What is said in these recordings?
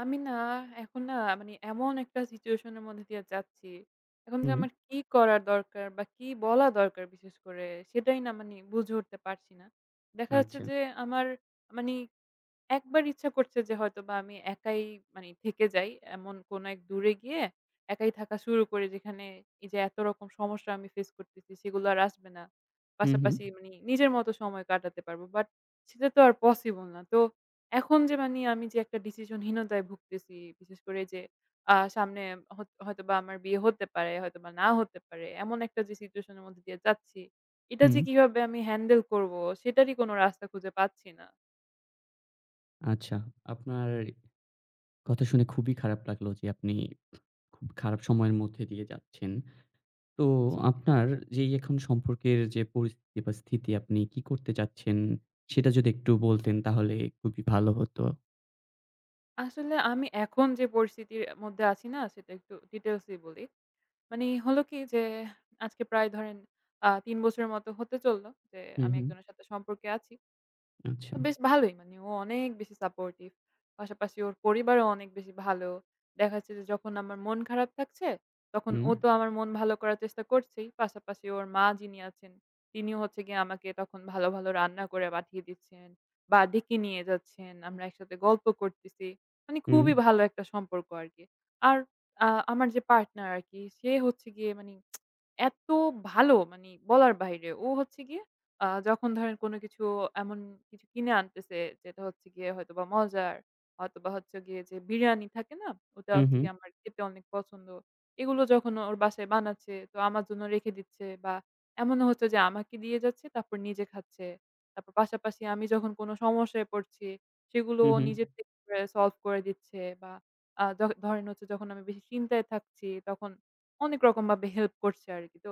আমি না এখন না এমন একটা সিচুয়েশন এর মধ্যে দিয়ে যাচ্ছি। এখন যে হুম, আমার কি করা দরকার বা কি বলা দরকার বিশেষ করে সেটাই না বুঝে উঠতে পারছি না। দেখা যাচ্ছে আচ্ছা। যে আমার মানি একবার ইচ্ছা করছে যে হয়তোবা আমি একাই থেকে যাই। এমন কোন এক দূরে গিয়ে একাই থাকা শুরু করি যেখানে এই যে এত রকম সমস্যা আমি ফেস করতেছি সেগুলো আর আসবে না। হুম, হুম, পাশাপাশি নিজের মতো সময় কাটাতে পারবো। বাট সেটা তো আর পসিবল না। তো এখন যে আমি যে একটা ডিসিশনহীনতায় ভুগতেছি বিশেষ করে যে সামনে হয়তোবা আমার বিয়ে হতে পারে, হয়তোবা না হতে পারে। এমন একটা যে সিচুয়েশন এর মধ্যে দিয়ে যাচ্ছি। এটা হুম, যে কিভাবে আমি হ্যান্ডেল করব সেটারই কোন রাস্তা খুঁজে পাচ্ছি না। আচ্ছা। আপনার কথা শুনে খুবই খারাপ লাগলো যে আপনি খুব খারাপ সময়ের মধ্যে দিয়ে যাচ্ছেন। তো জি। আপনার যেই এখন সম্পর্কের যে পরিস্থিতি বা স্থিতি আপনি কি করতে চাচ্ছেন সেটা যদি একটু বলতেন তাহলে খুবই ভালো হতো। আসলে আমি এখন যে পরিস্থিতির মধ্যে আছি না সেটা একটু ডিটেইলস এ বলি। হলো কি যে আজকে প্রায় ধরেন ৩ বছরের মতো হতে চলল যে হুম, আমি হুম, একজনের সাথে সম্পর্কে আছি। আচ্ছা। তো বেশ ভালোই ও অনেক বেশি সাপোর্টিভ। পাশাপাশি ওর পরিবারও অনেক বেশি ভালো। দেখা যাচ্ছে যে যখন আমার মন খারাপ থাকছে, তখন হুম, ও তো আমার মন ভালো করার চেষ্টা করছেই। পাশাপাশি ওর মা যিনি আছেন, তিনিও হচ্ছে গিয়ে আমাকে তখন ভালো, ভালো রান্না করে পাঠিয়ে দিচ্ছেন বা ডেকে নিয়ে যাচ্ছেন। আমরা একসাথে গল্প করতেছি। হুম, খুবই ভালো একটা সম্পর্ক আরকি। আর আমার যে পার্টনার আরকি সে হচ্ছে গিয়ে এত ভালো বলার বাইরে। ও হচ্ছে গিয়ে যখন ধরেন কোনো কিছু এমন কিছু কিনে আনতেছে যেটা হচ্ছে গিয়ে হয়তোবা মজার, হয়তোবা হচ্ছে গিয়ে যে বিরিয়ানি থাকে না? ওটা হুম, হচ্ছে হুম, গিয়ে আমার খেতে অনেক পছন্দ। এগুলো যখন ওর বাসায় বানাচ্ছে তো আমার জন্য রেখে দিচ্ছে বা এমনও হচ্ছে যে আমাকে দিয়ে যাচ্ছে তারপর নিজে খাচ্ছে। তারপর পাশাপাশি আমি যখন কোনো সমস্যায় পড়ছি সেগুলো হুম, ও হুম, নিজের থেকে সলভ করে দিচ্ছে বা আ য ধরেন হচ্ছে যখন আমি বেশি চিন্তায় থাকছি তখন অনেক রকমভাবে হেল্প করছে আরকি। তো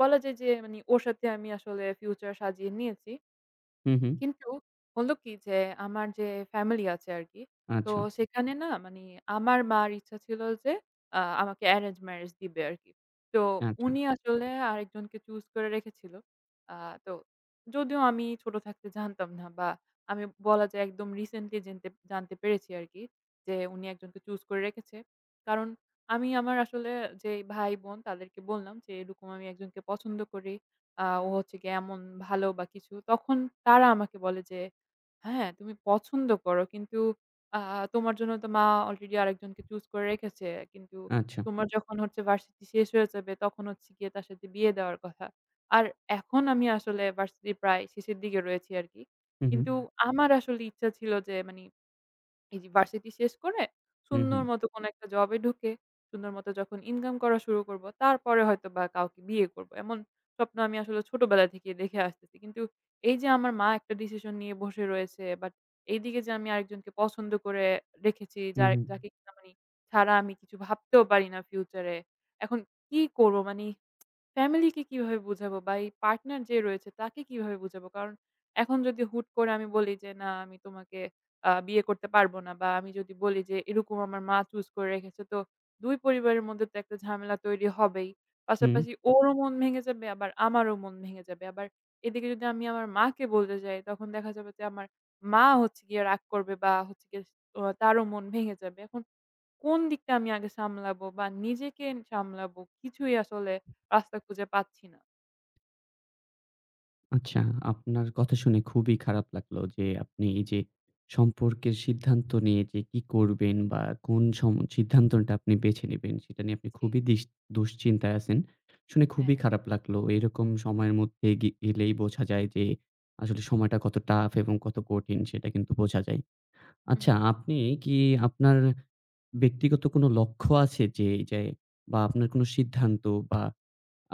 বলা যায় যে ওর সাথে আমি আসলে ফিউচার সাজিয়ে নিয়েছি। হুম, হুম, কিন্তু হলো কি যে আমার যে ফ্যামিলি আছে আরকি। তো আচ্ছা, সেখানে না আমার মার ইচ্ছা ছিল যে আমাকে অ্যারেঞ্জ ম্যারেজ দিবে আরকি। তো আচ্ছা, উনি আসলে আরেকজনকে চুজ করে রেখেছিল। আ তো যদিও আমি ছোট থাকতে জানতাম না বা আমি বলা যায় একদম রিসেন্টলি জানতে পেরেছি আরকি যে উনি একজনকে চুজ করে রেখেছে। কারণ আমি আমার আসলে যে ভাই-বোন তাদেরকে বললাম যে এরকম আমি একজনকে পছন্দ করি। ও হচ্ছে গিয়ে এমন ভালো বা কিছু। তখন তারা আমাকে বলে যে, "হ্যাঁ, তুমি পছন্দ করো। কিন্তু আ তোমার জন্য তো মা অলরেডি আরেকজনকে চুজ করে রেখেছে। কিন্তু আচ্ছা। তোমার যখন হচ্ছে ভার্সিটি শেষ হয়ে যাবে তখন হচ্ছে গিয়ে তার সাথে বিয়ে দেওয়ার কথা।" আর এখন আমি আসলে ভার্সিটির প্রায় শেষের দিকে রয়েছি আরকি। হুম, হুম, কিন্তু আমার আসলে ইচ্ছা ছিল যে এই যে ভার্সিটি শেষ করে হুম, সুন্দর হুম, মতো কোনো একটা জবে ঢুকে, সুন্দর মতো যখন ইনকাম করা শুরু করব, তারপরে হয়তোবা কাউকে বিয়ে করব। এমন স্বপ্ন আমি আসলে ছোটবেলা থেকে দেখে আসতেছি। কিন্তু এই যে আমার মা একটা ডিসিশন নিয়ে বসে রয়েছে, বাট এইদিকে যে আমি আরেকজনকে পছন্দ করে রেখেছি, হুম, যাকে কিনা ছাড়া আমি কিছু ভাবতেও পারি না ফিউচারে। এখন কি করব? ফ্যামিলিকে কিভাবে বুঝাবো বা এই পার্টনার যে রয়েছে তাকে কিভাবে বুঝাবো? কারণ এখন যদি হুট করে আমি বলি যে, "না আমি তোমাকে বিয়ে করতে পারব না" বা আমি যদি বলি যে, "এরকম আমার মা চুজ করে রেখেছে" তো ২ পরিবারের মধ্যে তো একটা ঝামেলা তৈরি হবেই। হুম। পাশাপাশি ওরও মন ভেঙে যাবে আবার আমারও মন ভেঙে যাবে। আবার এদিকে যদি আমি আমার মাকে বলতে যাই তখন দেখা যাবে যে, আমার মা হচ্ছে গিয়ে রাগ করবে বা হচ্ছে গিয়ে ও তারও মন ভেঙে যাবে। এখন কোন দিকটা আমি আগে সামলাবো বা নিজেকে সামলাবো কিছুই আসলে রাস্তা খুঁজে পাচ্ছি না। আচ্ছা, আপনার কথা শুনে খুবই খারাপ লাগলো যে আপনি এই যে সম্পর্কের সিদ্ধান্ত নিয়ে যে কি করবেন বা কোন সিদ্ধান্তটা আপনি বেছে নিবেন সেটা নিয়ে আপনি জি। খুবই দুশ্চিন্তায় আছেন। শুনে হ্যাঁ। খুবই খারাপ লাগলো। এরকম সময়ের মধ্যে গেলেই বোঝা যায় যে আসলে সময়টা কত টাফ এবং কত কঠিন সেটা কিন্তু বোঝা যায়। হু, হু। আচ্ছা, আপনি কি আপনার ব্যক্তিগত কোনো লক্ষ্য আছে যে এই যে বা আপনার কোনো সিদ্ধান্ত বা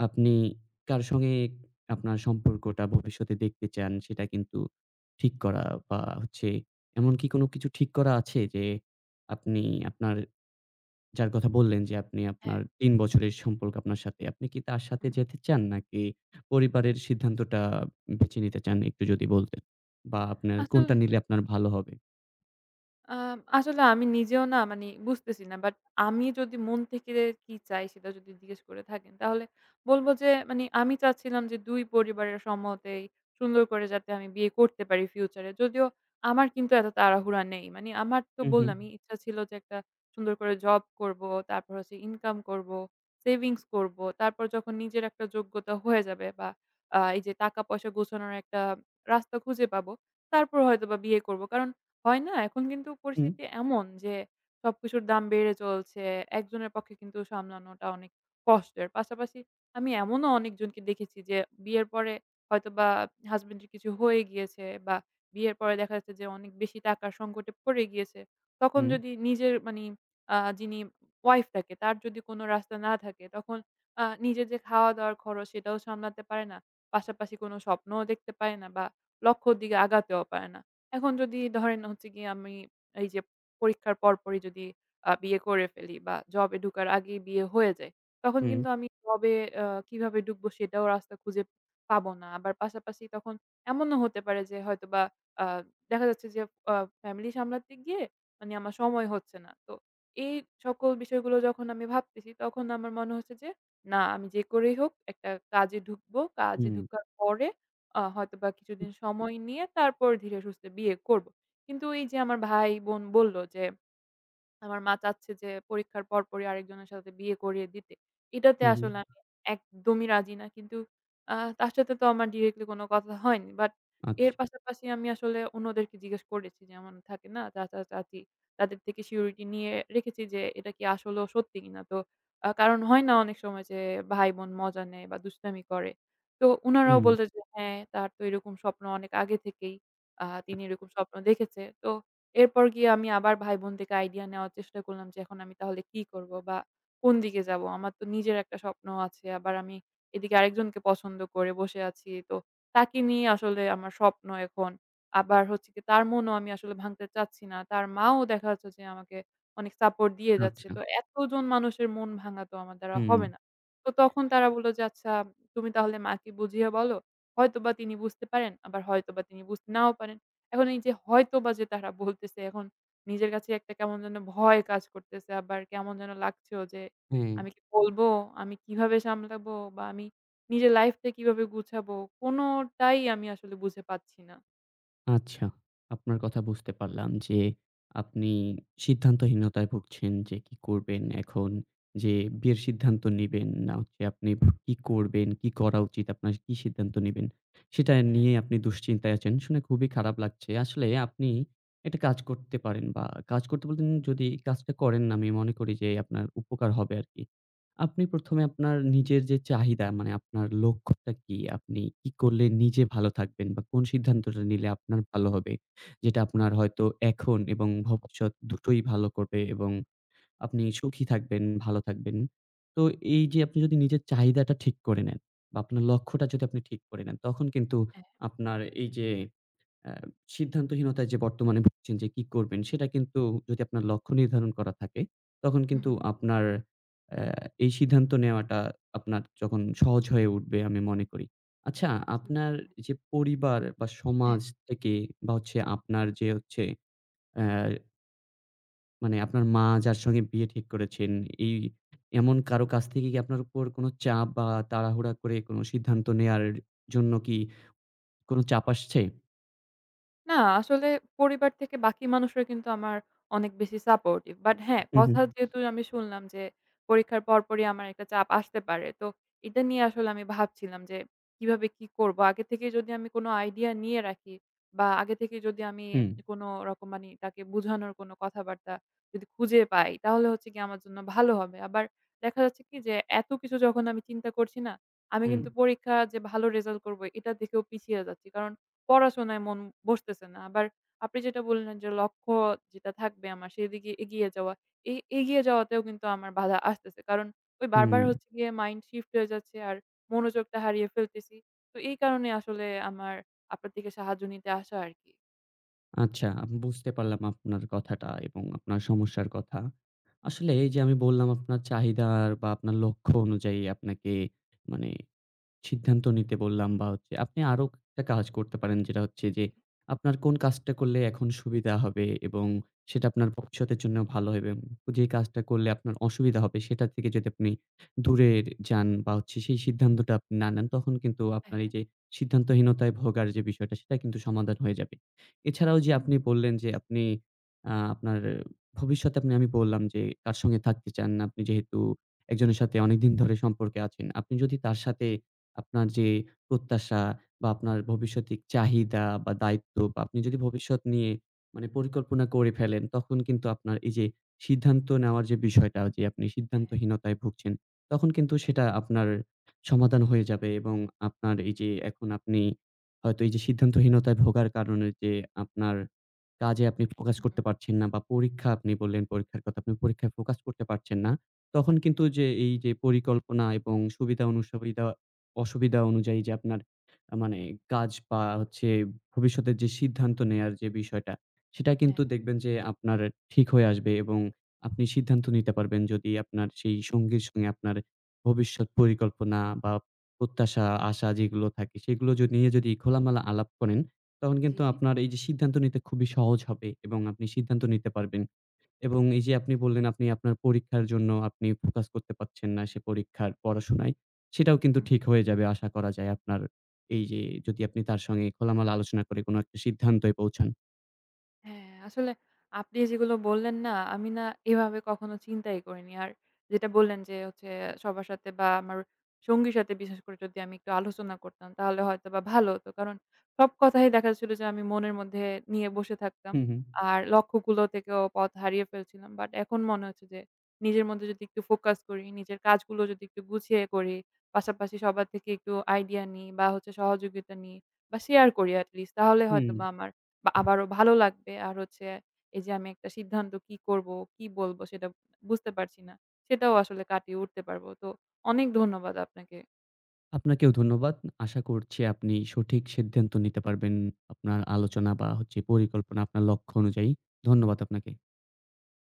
আপনি কার সঙ্গে আপনার সম্পর্কটা ভবিষ্যতে দেখতে চান সেটা কিন্তু ঠিক করা বা হচ্ছে এমন কি কোনো কিছু ঠিক করা আছে যে আপনি আপনার যার হুম। কথা বললেন যে আপনি আপনার হ্যাঁ। ৩ বছরের সম্পর্ক আপনার সাথে, আপনি কি তার হু, সাথে হু। যেতে চান নাকি পরিবারের সিদ্ধান্তটা বেছে নিতে চান? একটু যদি বলতেন বা আপনার কোনটা আসলে নিলে আপনার ভালো হবে? আসলে আমি নিজেও না বুঝতেছি না। বাট আমি যদি মন থেকে কি চাই সেটা যদি জিজ্ঞেস করে থাকেন, তাহলে বলব যে আমি চাচ্ছিলাম যে ২ পরিবারের সম্মতেই সুন্দর করে যাতে আমি বিয়ে করতে পারি ফিউচারে। যদিও আমার কিন্তু এত তাড়াহুড়া নেই। মানে আমার তো হু, হু, বললামই ইচ্ছা ছিল যে একটা সুন্দর করে জব করব, তারপর হচ্ছে ইনকাম করব, সেভিংস করব। তারপর যখন নিজের একটা যোগ্যতা হয়ে যাবে বা এই যে টাকা পয়সা গোছানোর একটা রাস্তা খুঁজে পাবো, তারপর হয়তোবা বিয়ে করব। কারণ হয় না? এখন কিন্তু হুম, পরিস্থিতি এমন যে সবকিছুর দাম বেড়ে চলছে। একজনের পক্ষে কিন্তু সামলানোটা অনেক কষ্টের। পাশাপাশি আমি এমনও অনেকজনকে দেখেছি যে বিয়ের পরে হয়তোবা হাসব্যান্ডের কিছু হয়ে গিয়েছে বা বিয়ের পরে দেখা যাচ্ছে যে অনেক বেশি টাকার সংকটে পড়ে গিয়েছে। তখন হুম, যদি নিজের যিনি ওয়াইফ থাকে তার যদি কোনো রাস্তা না থাকে তখন নিজের যে খাওয়া-দাওয়ার খরচ সেটাও সামলাতে পারে না। পাশাপাশি কোনো স্বপ্নও দেখতে পারে না বা লক্ষ্যর দিকে আগাতেও পারে না। এখন যদি ধরেন হচ্ছে গিয়ে আমি এই যে পরীক্ষার পরপরই যদি বিয়ে করে ফেলি বা জবে ঢুকার আগেই বিয়ে হয়ে যায়, তখন কিন্তু আমি জবে আ কিভাবে ঢুকবো সেটাও রাস্তা খুঁজে পাবো না। আবার পাশাপাশি তখন এমনও হতে পারে যে হয়তোবা আ দেখা যাচ্ছে যে আ ফ্যামিলি সামলাতে গিয়ে আমার সময় হচ্ছে না। তো এই সকল বিষয়গুলো যখন আমি ভাবতেছি তখন আমার মনে হচ্ছে যে, না আমি যে করেই হোক একটা কাজে ঢুকবো। কাজে হুম, ঢুকার পরে হয়তোবা কিছুদিন সময় নিয়ে তারপর ধীরে সুস্থে বিয়ে করব। কিন্তু এই যে আমার ভাই-বোন বলল যে আমার মা চাচ্ছে যে পরীক্ষার পরপরই আরেকজনের সাথে বিয়ে করিয়ে দিতে। এটাতে হুম, হুম, আসলে আমি একদমই রাজি না। কিন্তু তার সাথে তো আমার ডিরেক্টলি কোনো কথা হয়নি। বাট আচ্ছা, এর পাশাপাশি আমি আসলে অন্যদেরকে জিজ্ঞেস করেছি। যেমন থাকে না চাচা-চাচী তাদের থেকে সিউরিটি নিয়ে রেখেছি যে এটা কি আসলেও সত্যি কিনা। তো কারণ হয় না অনেক সময় যে ভাই-বোন মজা নেয় বা দুষ্টামি করে। তো উনারাও হুম, বলল যে, "হ্যাঁ, তার তো এরকম স্বপ্ন অনেক আগে থেকেই। তিনি এরকম স্বপ্ন দেখেছে।" তো এরপর গিয়ে আমি আবার ভাই-বোন থেকে আইডিয়া নেওয়ার চেষ্টা করলাম যে এখন আমি তাহলে কি করব বা কোন দিকে যাব? আমার তো নিজের একটা স্বপ্ন আছে। আবার আমি এদিকে আরেকজনকে পছন্দ করে বসে আছি। তো তাকে নিয়ে আসলে আমার স্বপ্ন এখন। আবার হচ্ছে কি তার মনও আমি আসলে ভাঙতে চাচ্ছি না। তার মাও দেখা যাচ্ছে যে আমাকে অনেক সাপোর্ট দিয়ে যাচ্ছে। আচ্ছা, তো এতজন মানুষের মন ভাঙা তো আমার দ্বারা হুম, হবে না। তো তখন তারা বলল যে, "আচ্ছা তুমি তাহলে মাকে বুঝিয়ে বলো। হয়তোবা তিনি বুঝতে পারেন, আবার হয়তোবা তিনি বুঝতে নাও পারেন।" এখন এই যে হয়তোবা যে তারা বলতেছে এখন নিজের কাছে একটা কেমন যেন ভয় কাজ করতেছে। আবার কেমন যেন লাগছেও যে হ্যাঁ। আমি কি বলবো? আমি কিভাবে সামলাবো? বা আমি নিজের লাইফটা কিভাবে গুছাবো? কোনটাই আমি আসলে বুঝে পাচ্ছি না। আচ্ছা, আপনার কথা বুঝতে পারলাম যে আপনি সিদ্ধান্তহীনতায় ভুগছেন যে কি করবেন জি, এখন? যে বিয়ের সিদ্ধান্ত নিবেন না হচ্ছে আপনি কি করবেন, কি করা উচিত, আপনার কি সিদ্ধান্ত নিবেন সেটা হ্যাঁ। হ্যাঁ, নিয়ে আপনি দুশ্চিন্তায় আছেন। শুনে খুবই খারাপ লাগছে। আসলে আপনি একটা কাজ করতে পারেন বা কাজ করতে বলতে যদি কাজটা করেন না, আমি মনে করি যে আপনার উপকার হবে আরকি। আপনি ১ম এ আপনার নিজের যে চাহিদা মানে আপনার লক্ষ্যটা কি? আপনি কি করলে নিজে ভালো থাকবেন বা কোন সিদ্ধান্তটা নিলে আপনার ভালো হবে? যেটা হু, আপনার হু, হয়তো এখন এবং ভবিষ্যৎ দুটোই ভালো করবে এবং আপনি সুখী থাকবেন, ভালো থাকবেন। তো এই যে আপনি যদি নিজের চাহিদাটা ঠিক করে নেন বা আপনার লক্ষ্যটা যদি আপনি ঠিক করে নেন, তখন কিন্তু হ্যাঁ, আপনার এই যে অ্যা সিদ্ধান্তহীনতায় যে বর্তমানে ভুগছেন যে কি করবেন সেটা কিন্তু যদি আপনার লক্ষ্য নির্ধারণ করা থাকে, তখন হু, কিন্তু হু। আপনার অ্যা এই সিদ্ধান্ত নেওয়াটা আপনার যখন সহজ হয়ে উঠবে আমি মনে করি। আচ্ছা, জি, আপনার হ্যাঁ। যে পরিবার বা সমাজ হ্যাঁ। থেকে বা হচ্ছে আপনার যে হচ্ছে অ্যা মানে আপনার মা যার সঙ্গে বিয়ে ঠিক করেছেন, এই এমন কারো কাছ থেকে কি আপনার উপর কোনো চাপ বা তাড়াহুড়া করে কোনো সিদ্ধান্ত নেয়ার জন্য কি কোনো চাপ আসছে? না, আসলে পরিবার থেকে বাকি মানুষরা কিন্তু আমার অনেক বেশি সাপোর্টিভ। বাট হ্যাঁ, হু, হু। কথা যেহেতু আমি শুনলাম যে পরীক্ষার পরপরই আমার একটা চাপ আসতে পারে। তো এটা নিয়ে আসলে আমি ভাবছিলাম যে কিভাবে কি করব? আগে থেকে যদি আমি কোনো আইডিয়া নিয়ে রাখি বা আগে থেকে যদি আমি হুম, কোনো রকম তাকে বুঝানোর কোনো কথাবার্তা যদি খুঁজে পাই তাহলে হচ্ছে গিয়ে আমার জন্য ভালো হবে। আবার দেখা যাচ্ছে কি যে এত কিছু যখন আমি চিন্তা করছি না, আমি হুম, কিন্তু পরীক্ষা যে ভালো রেজাল্ট করব এটা দেখেও পিছিয়ে যাচ্ছি। কারণ পড়াশোনায় মন বসতেছে না। আবার আপনি যেটা বললেন যে লক্ষ্য যেটা থাকবে আমার সেদিকে এগিয়ে যাওয়া। এই এগিয়ে যাওয়াতেও কিন্তু আমার বাধা আসতেছে। কারণ ওই বারবার হুম। হচ্ছে গিয়ে মাইন্ড শিফট হয়ে যাচ্ছে আর মনোযোগটা হারিয়ে ফেলতেছি। তো এই কারণে আসলে আমার আপনার থেকে সাহায্য নিতে আসা আরকি। আচ্ছা, আমি বুঝতে পারলাম আপনার কথাটা এবং আপনার সমস্যার কথা। আসলে এই যে আমি বললাম আপনার চাহিদার বা আপনার লক্ষ্য অনুযায়ী আপনাকে মানে সিদ্ধান্ত নিতে বললাম বা হচ্ছে আপনি আরো একটা কাজ করতে পারেন যেটা হচ্ছে যে আপনার কোন কাজটা করলে এখন সুবিধা হবে এবং সেটা আপনার ভবিষ্যতের জন্য ভালো হবে। এবং যে কাজটা করলে আপনার অসুবিধা হবে সেটা থেকে যদি আপনি দূরে যান বা হচ্ছে সেই সিদ্ধান্তটা আপনি না নেন তখন কিন্তু হ্যাঁ, আপনার এই যে সিদ্ধান্তহীনতায় ভোগার যে বিষয়টা সেটা কিন্তু সমাধান হয়ে যাবে। এছাড়াও যে হুম। আপনি বললেন যে আপনি আপনার ভবিষ্যতে আপনি আমি বললাম যে কার সঙ্গে থাকতে চান। আপনি যেহেতু একজনের সাথে অনেকদিন ধরে সম্পর্কে আছেন। আপনি যদি তার সাথে আপনার যে প্রত্যাশা বা আপনার ভবিষ্যতিক চাহিদা বা দায়িত্ব বা আপনি যদি ভবিষ্যৎ নিয়ে মানে পরিকল্পনা করে ফেলেন, তখন কিন্তু আপনার এই যে সিদ্ধান্ত নেওয়ার যে বিষয়টা যে আপনি হ্যাঁ, সিদ্ধান্তহীনতায় ভুগছেন, তখন কিন্তু সেটা আপনার সমাধান হয়ে যাবে এবং আপনার এই যে এখন আপনি হয়তো এই যে সিদ্ধান্তহীনতায় ভোগার কারণে যে আপনার কাজে আপনি ফোকাস হু, হু। করতে পারছেন না বা পরীক্ষা আপনি বললেন পরীক্ষার কথা, আপনি পরীক্ষায় ফোকাস করতে পারছেন না। তখন কিন্তু যে এই যে পরিকল্পনা এবং সুবিধা অসুবিধা অনুযায়ী যে আপনার মানে কাজ বা হচ্ছে ভবিষ্যতের যে সিদ্ধান্ত নেয়ার যে বিষয়টা, সেটা কিন্তু হ্যাঁ, দেখবেন যে আপনার ঠিক হয়ে আসবে এবং আপনি সিদ্ধান্ত নিতে পারবেন যদি আপনার সেই সঙ্গীর সঙ্গে আপনার ভবিষ্যৎ পরিকল্পনা বা প্রত্যাশা, আশা যেগুলো থাকে সেগুলো নিয়ে যদি খোলামেলা আলাপ করেন, তখন কিন্তু জি। আপনার এই যে সিদ্ধান্ত নিতে খুবই সহজ হবে এবং আপনি সিদ্ধান্ত নিতে পারবেন। এবং এই যে আপনি বললেন, আপনি আপনার পরীক্ষার জন্য আপনি ফোকাস করতে পারছেন না সে পরীক্ষার পড়াশোনায়। সেটাও কিন্তু ঠিক হয়ে যাবে আশা করা যায় আপনার এই যে যদি আপনি তার সঙ্গে খোলামেলা আলোচনা করে কোনো একটা সিদ্ধান্তয় পৌঁছান। হ্যাঁ, আসলে আপনি যেগুলো বললেন না, আমি না এভাবে কখনো চিন্তাই করিনি। আর যেটা বললেন যে হচ্ছে সবার সাথে বা আমার সঙ্গীর সাথে বিশেষ করে যদি আমি একটু আলোচনা করতাম তাহলে হয়তোবা ভালো হতো। কারণ সব কথাই দেখা যাচ্ছিল যে আমি মনের মধ্যে নিয়ে বসে থাকতাম। হুম, হুম, আর লক্ষ্যগুলো থেকেও পথ হারিয়ে ফেলছিলাম। বাট এখন মনে হচ্ছে যে নিজের মধ্যে যদি একটু ফোকাস করি, নিজের কাজগুলো যদি একটু গুছিয়ে করি, পাশাপাশি সবার থেকে একটু আইডিয়া নিই বা হচ্ছে সহযোগিতা নিই বা শেয়ার করি এট লিস্ট তাহলে হুম। হয়তোবা আমার বা আবারও ভালো লাগবে। আর হচ্ছে এই যে আমি একটা সিদ্ধান্ত কি করবো, কি বলবো সেটা বুঝতে পারছি না। সেটাও আসলে কাটিয়ে উঠতে পারবো। তো অনেক ধন্যবাদ আপনাকে। আপনাকেও ধন্যবাদ। আশা করছি আপনি সঠিক সিদ্ধান্ত নিতে পারবেন আপনার আলোচনা বা হচ্ছে পরিকল্পনা, আপনার লক্ষ্য অনুযায়ী। ধন্যবাদ আপনাকে।